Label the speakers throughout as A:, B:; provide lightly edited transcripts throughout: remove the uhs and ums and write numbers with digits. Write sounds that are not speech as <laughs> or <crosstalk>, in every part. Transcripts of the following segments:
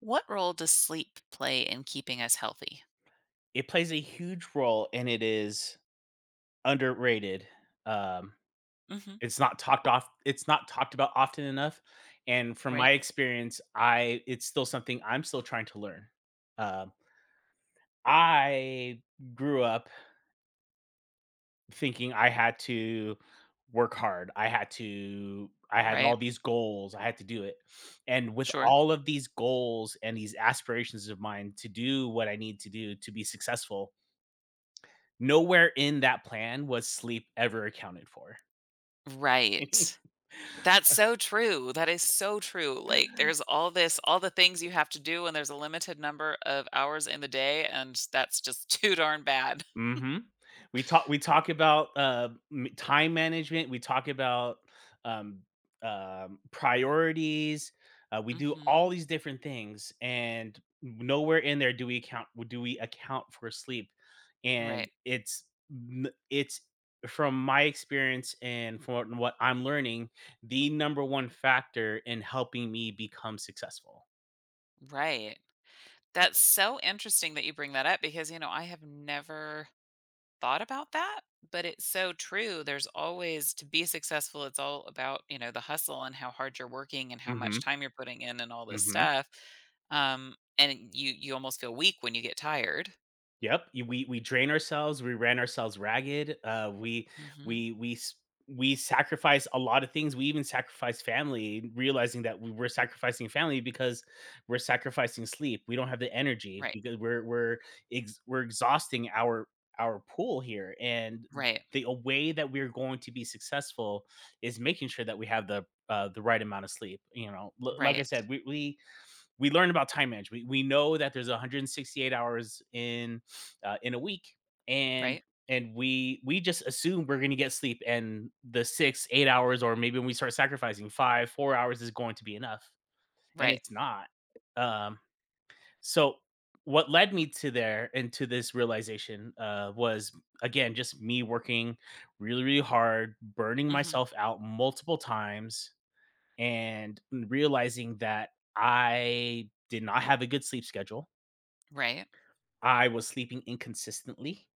A: What role does sleep play in keeping us healthy?
B: It plays a huge role, and it is underrated. Um,
A: Mhm.
B: it's not talked about often enough, and from
A: Right?
B: my experience, I it's still something I'm still trying to learn. Um, I grew up thinking I had to work hard. I had all
A: Right.
B: these goals, I had to do it. And with
A: Sure.
B: all of these goals and these aspirations of mine to do what I need to do to be successful, nowhere in that plan was sleep ever accounted for.
A: Right.
B: <laughs>
A: That's so true. That is so true. Like, there's all this, all the things you have to do, and there's a limited number of hours in the day, and that's just <laughs> too darn bad.
B: Mhm. We talk about, m time management, we talk about, um, priorities, we do all
A: Hmm.
B: these different things, and nowhere in there do we account for sleep, and
A: Right.
B: it's from my experience and from what I'm learning, the number one factor in helping me become successful.
A: Right. That's so interesting that you bring that up because, you know, I have never thought about that, but it's so true. There's always to be successful, it's all about, you know, the hustle and how hard you're working and how much
B: Mhm.
A: time you're putting in and all this
B: Mhm.
A: stuff. And you almost feel weak when you get tired.
B: Yep. Y we drain ourselves, we ran ourselves ragged,
A: Hmm.
B: we we s we sacrifice a lot of things, we even sacrifice family, realizing that we were sacrificing family because we're sacrificing sleep, we don't have the energy
A: Right.
B: because we're exhausting our pool here, and
A: Right.
B: the a way that we're going to be successful is making sure that we have the right amount of sleep, you know? L like I
A: Right.
B: said, we learn about time management. We know that there's 168 hours in a week, and
A: Right.
B: we just assume we're going to get sleep, and the 6-8 hours, or maybe when we start sacrificing five four hours, is going to be enough, and
A: Right.
B: it's not. Um, so what led me to there and to this realization was again just me working really really hard, burning
A: Hmm.
B: myself out multiple times and realizing that I did not have a good sleep schedule.
A: Right.
B: I was sleeping inconsistently.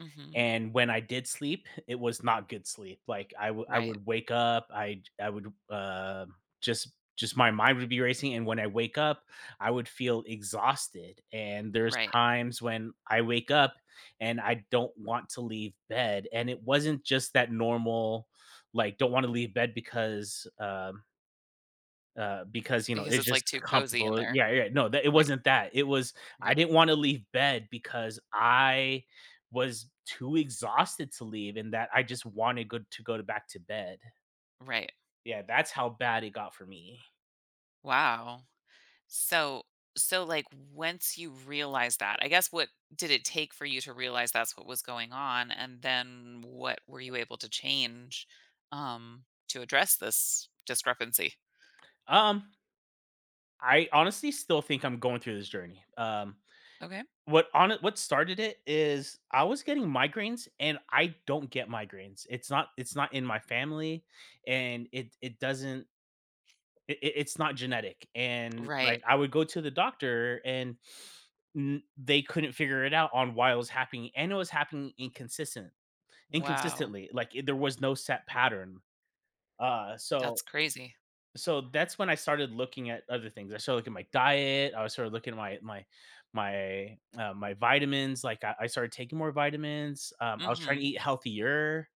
A: Hmm.
B: And when I did sleep, it was not good sleep. Like I would I
A: Right.
B: would wake up, I would just my mind would be racing. And when I wake up, I would feel exhausted. And there's
A: Right.
B: times when I wake up and I don't want to leave bed. And it wasn't just that normal, like don't want to leave bed because
A: Because
B: it's
A: it's
B: just
A: like too cozy
B: comfortable.
A: in there.
B: Yeah, yeah. No, that it
A: Right.
B: wasn't that. It was I
A: Right.
B: didn't wanna leave bed because I was too exhausted to leave and that I just wanted good to go to back to bed.
A: Right.
B: Yeah, that's how bad it got for me.
A: Wow. So, like, once you realize that, I guess what did it take for you to realize that's what was going on, and then what were you able to change to address this discrepancy?
B: Um, I honestly still think I'm going through this journey. Um,
A: Okay.
B: what on it what started it is I was getting migraines and I don't get migraines. It's not in my family and it doesn't It it it's not genetic, and,
A: Right.
B: like, I would go to the doctor and n they couldn't figure it out on why it was happening, and it was happening inconsistent
A: Wow.
B: inconsistently, like, I there was no set pattern. Uh, so
A: That's crazy.
B: so that's when I started looking at other things. I started looking at my diet, I was started looking at my vitamins, like, I started taking more vitamins, I was trying to
A: Mhm.
B: eat healthier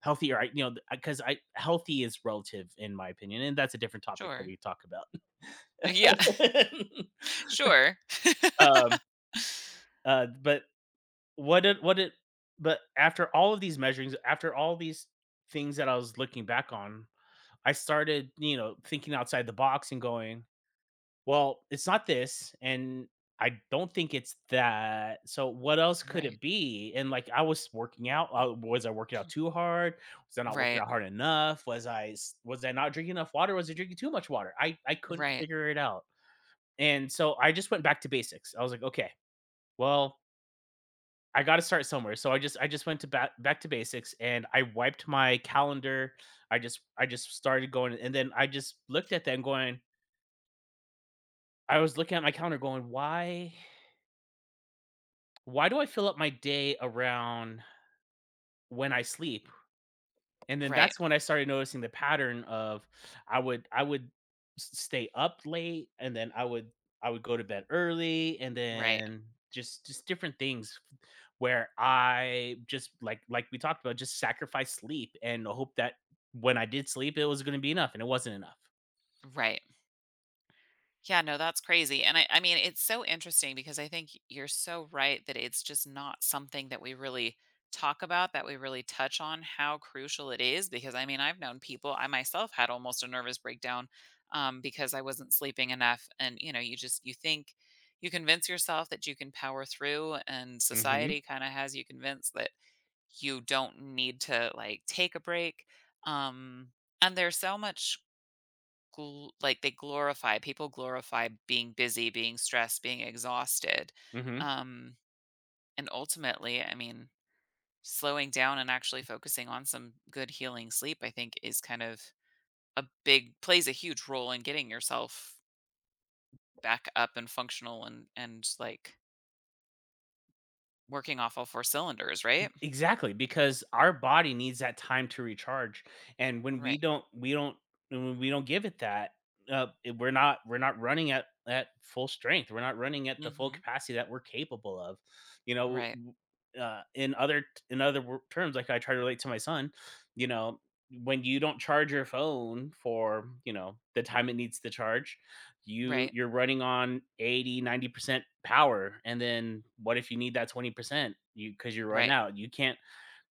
B: healthier, I you know, because I healthy is relative in my opinion, and that's a different topic that we
A: Sure.
B: could talk about.
A: <laughs> Yeah. <laughs>
B: <laughs>
A: Sure. <laughs>
B: Um, but what did but after all of these measurings, after all these things that I was looking back on, I started thinking outside the box and going, well, it's not this, and I don't think it's that. So what else could
A: Right.
B: it be? And like I was working out. Was I working out too hard? Was I not working
A: Right.
B: out hard enough? Was I not drinking enough water? Was I drinking too much water? I couldn't
A: Right.
B: figure it out. And so I just went back to basics. I was like, okay, well, I gotta start somewhere. So I just went to back back to basics and I wiped my calendar. I just started going and then I just looked at them going I was looking at my calendar going, why do I fill up my day around when I sleep. And then
A: Right.
B: that's when I started noticing the pattern of I would s stay up late, and then I would go to bed early, and
A: Right.
B: then just different things where I just like we talked about, just sacrifice sleep and hope that when I did sleep, it was gonna be enough, and it wasn't enough.
A: Right. Yeah, no, that's crazy. And I mean, it's so interesting because I think you're so right that it's just not something that we really talk about, that we really touch on how crucial it is. Because I mean, I've known people, I myself had almost a nervous breakdown because I wasn't sleeping enough. And, you know, you just, you think, you convince yourself that you can power through, and
B: Mhm,
A: society kind of has you convinced that you don't need to, like, take a break. Um, and there's so much, like, they glorify, people glorify being busy, being stressed, being exhausted,
B: mhm.
A: um and ultimately, I mean, slowing down and actually focusing on some good healing sleep, I think, is kind of a big plays a huge role in getting yourself back up and functional, and like working off all four cylinders, right?
B: Exactly, because our body needs that time to recharge, and when we
A: Right.
B: don't we don't when we don't give it that, we're not running at full strength. We're not running at the full
A: Hmm.
B: capacity that we're capable of. You know,
A: Right.
B: in other terms, like I try to relate to my son, you know, when you don't charge your phone for the time it needs to charge, you
A: Right.
B: you're running on 80-90% power, and then what if you need that 20% you because you run
A: Right.
B: out, you can't,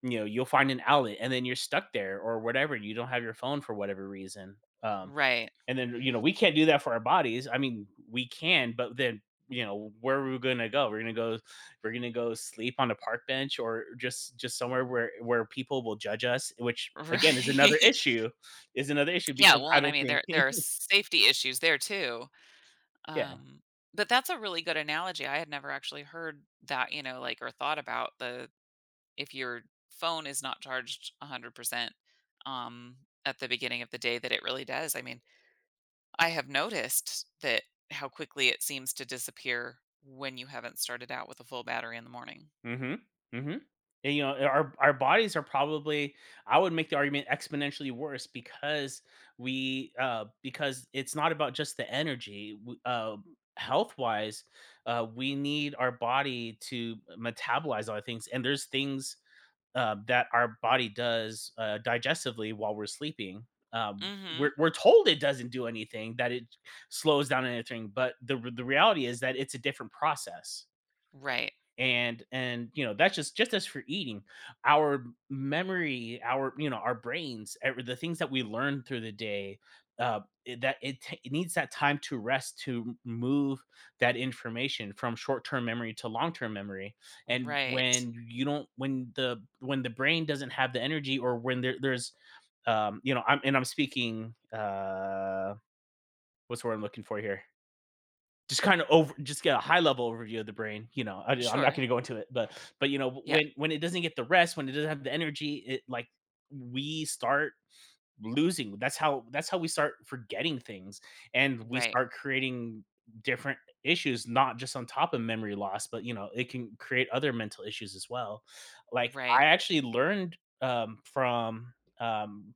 B: you'll find an outlet and then you're stuck there or whatever, you don't have your phone for whatever reason, um
A: Right.
B: and then, we can't do that for our bodies. I mean, we can, but then, where are we gonna go? We're gonna go sleep on a park bench or just somewhere where people will judge us, which again is another
A: Right. <laughs>
B: issue
A: Yeah,
B: because
A: well,
B: I
A: and I
B: don't
A: mean,
B: think.
A: there
B: <laughs>
A: are safety issues there, too.
B: Yeah.
A: Um, but that's a really good analogy. I had never actually heard that, you know, like, or thought about the if your phone is not charged 100% um at the beginning of the day, that it really does. I mean, I have noticed that how quickly it seems to disappear when you haven't started out with a full battery in the morning.
B: Mhm. Mhm. And, our bodies are probably, I would make the argument, exponentially worse because we because it's not about just the energy. Health-wise, we need our body to metabolize all the things, and there's things that our body does digestively while we're sleeping. Um we're,
A: Mhm.
B: we're told it doesn't do anything, that it slows down anything, but the reality is that it's a different process,
A: Right.
B: and that's just as for eating. Our memory, our you know our brains, the things that we learn through the day, it needs that time to rest, to move that information from short-term memory to long-term memory. And
A: Right.
B: when you don't when the brain doesn't have the energy, or when there's, I'm speaking, what's the word I'm looking for here, just kind of over just get a high level overview of the brain. I'm not going
A: Sure.
B: to go into it, but
A: Yeah.
B: when it doesn't get the rest, when it doesn't have the energy, it like we start losing. That's how we start forgetting things, and we
A: Right.
B: start creating different issues, not just on top of memory loss, but it can create other mental issues as well. Like
A: Right.
B: I actually um from um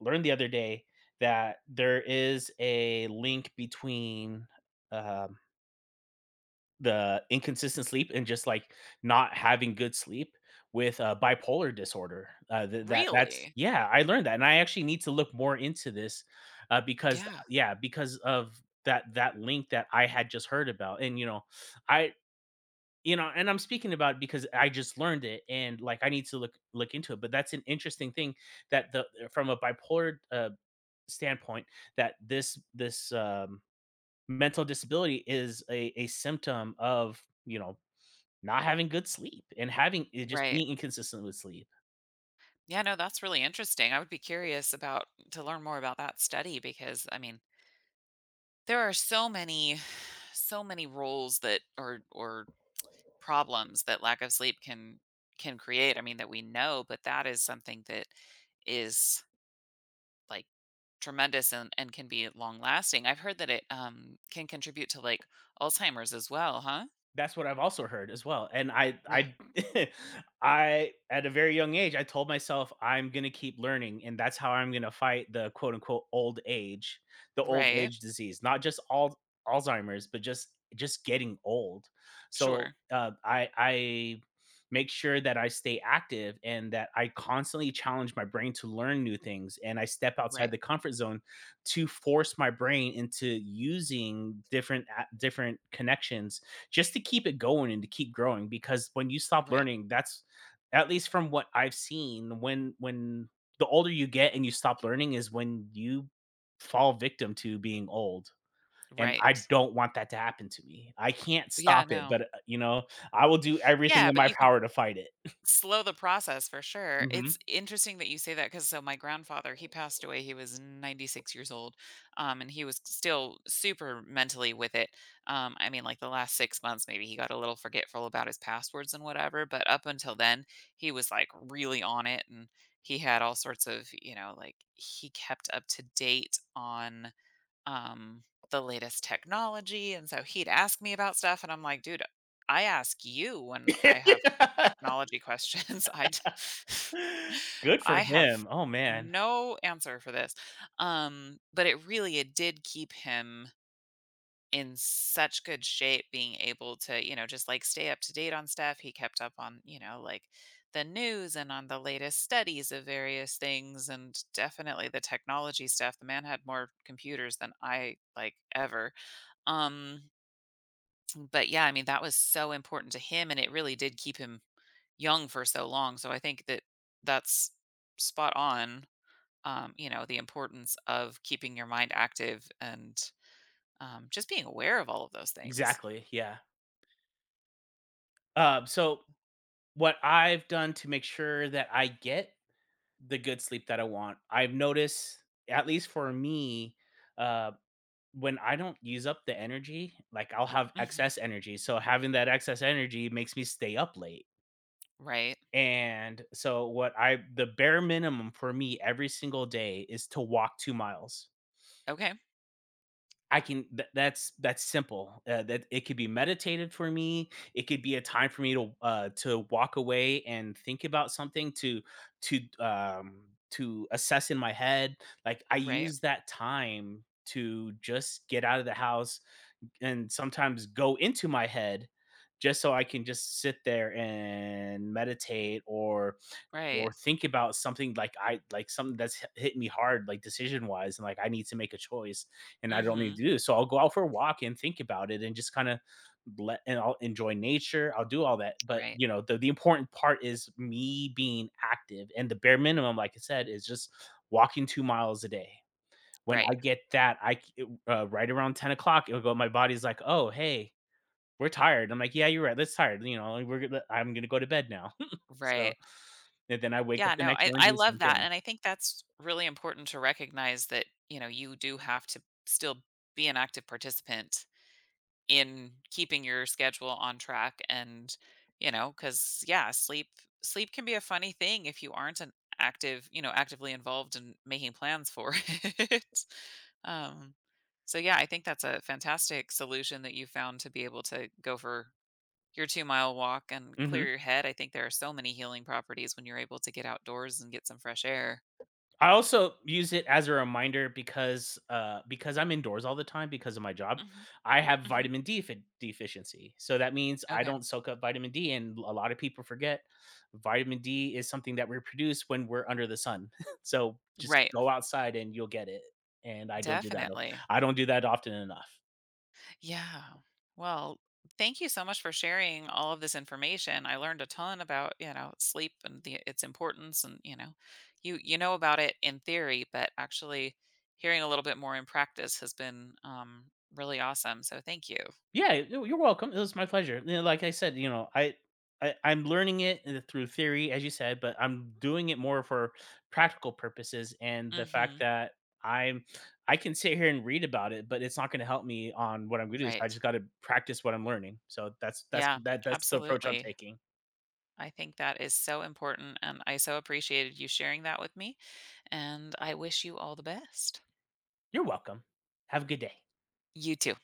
B: learned the other day that there is a link between um the inconsistent sleep and just, like, not having good sleep with, bipolar disorder. Th that that's
A: Really?
B: yeah, I learned that, and I actually need to look more into this, because
A: Yeah.
B: yeah, because of that link that I had just heard about, and, I and I'm speaking about it because I just learned it, and, like, I need to look into it, but that's an interesting thing that the from a bipolar, standpoint, that this mental disability is a symptom of, you know, not having good sleep and having it just
A: Right.
B: being inconsistent with sleep.
A: Yeah, no, that's really interesting. I would be curious about to learn more about that study because, I mean, there are so many, roles that, or problems that lack of sleep can create, I mean, that we know, but that is something that is like tremendous and, can be long lasting. I've heard that it can contribute to, like, Alzheimer's as well, huh?
B: That's what I've also heard as well, and I
A: Yeah.
B: I <laughs> I, at a very young age, I told myself I'm gonna keep learning, and that's how I'm gonna fight the quote unquote old age, the old
A: Right.
B: age disease, not just all Alzheimer's, but just getting old. So
A: Sure.
B: uh, I I make sure that I stay active and that I constantly challenge my brain to learn new things, and I step outside
A: Right.
B: the comfort zone to force my brain into using different connections just to keep it going and to keep growing, because when you stop
A: Right.
B: learning, that's, at least from what I've seen, when the older you get and you stop learning is when you fall victim to being old. And I
A: Right.
B: don't want that to happen to me. I can't stop
A: Yeah,
B: it,
A: no.
B: but I will do everything
A: Yeah,
B: in
A: but
B: my
A: you can
B: power to fight it.
A: slow the process for sure.
B: Hmm.
A: It's interesting that you say that because so my grandfather, he passed away, he was 96 years old, and he was still super mentally with it. I mean, like, the last 6 months, maybe he got a little forgetful about his passwords and whatever, but up until then, he was, like, really on it, and he had all sorts of, you know, like, he kept up to date on, um, the latest technology. And so he'd ask me about stuff, and I'm like, dude, I ask you when I have
B: <laughs>
A: technology questions. <laughs>
B: Good
A: <laughs>
B: for
A: I have
B: him. Oh man.
A: no answer for this. But it really, it did keep him in such good shape, being able to, you know, just like stay up to date on stuff. He kept up on, you know, like, the news and on the latest studies of various things and definitely the technology stuff. The man had more computers than I, like, ever. Um but yeah, I mean, that was so important to him, and it really did keep him young for so long. So I think that that's spot on. The importance of keeping your mind active, and just being aware of all of those things.
B: Exactly, yeah. So what I've done to make sure that I get the good sleep that I want. I've noticed, at least for me, uh, when I don't use up the energy, like I'll have
A: Mhm.
B: excess energy. So having that excess energy makes me stay up late.
A: Right.
B: And so what I the bare minimum for me every single day is to walk 2 miles.
A: Okay.
B: I can th- that's simple. That it could be meditated for me. It could be a time for me to walk away and think about something to to assess in my head. Like I
A: Right.
B: use that time to just get out of the house and sometimes go into my head just so I can just sit there and meditate or
A: Right.
B: or think about something like I like something that's hit me hard, like decision wise, and like I need to make a choice, and I don't need
A: Mhm.
B: to do this. So I'll go out for a walk and think about it, and just kind of let and I'll enjoy nature. I'll do all that, but
A: Right.
B: the important part is me being active, and the bare minimum, like I said, is just walking 2 miles a day. When I
A: Right.
B: get that, right around 10 o'clock, it'll go. My body's like, oh hey, we're tired. I'm like, yeah, you're right. That's tired. You know, I'm gonna go to bed now. <laughs>
A: Right.
B: so and then I wake up
A: Yeah,
B: the
A: no.
B: next
A: I
B: morning, and
A: I
B: do the
A: love
B: same
A: that,
B: thing.
A: and I think that's really important to recognize that, you know, you do have to still be an active participant in keeping your schedule on track, and, you know, because, yeah, sleep can be a funny thing if you aren't an active you know actively involved in making plans for <laughs> it, um so yeah, I think that's a fantastic solution that you found, to be able to go for your 2-mile walk and clear
B: Mhm.
A: your head. I think there are so many healing properties when you're able to get outdoors and get some fresh air.
B: I also use it as a reminder because, because I'm indoors all the time because of my job,
A: Hmm.
B: I have
A: Hmm.
B: vitamin D fi deficiency. So that means I
A: Okay.
B: don't soak up vitamin D, and a lot of people forget vitamin D is something that we produce when we're under the sun. <laughs> So just
A: Right.
B: go outside and you'll get it, and I don't do that o
A: Definitely.
B: I don't do that often enough.
A: Yeah. Well, thank you so much for sharing all of this information. I learned a ton about, you know, sleep and its importance, and, you know, you know about it in theory, but actually hearing a little bit more in practice has been really awesome. So thank you.
B: Yeah, you're welcome. It was my pleasure. You know, like I said, I'm learning it through theory, as you said, but I'm doing it more for practical purposes. And the fact
A: Mhm.
B: that I'm I can sit here and read about it, but it's not going to help me on what I'm going to do. So I
A: Right.
B: just got to practice what I'm learning. So that's that's
A: Yeah,
B: that that's the approach I'm
A: absolutely.
B: taking.
A: I think that is so important, and I so appreciated you sharing that with me, and I wish you all the best.
B: You're welcome. Have a good day.
A: You too.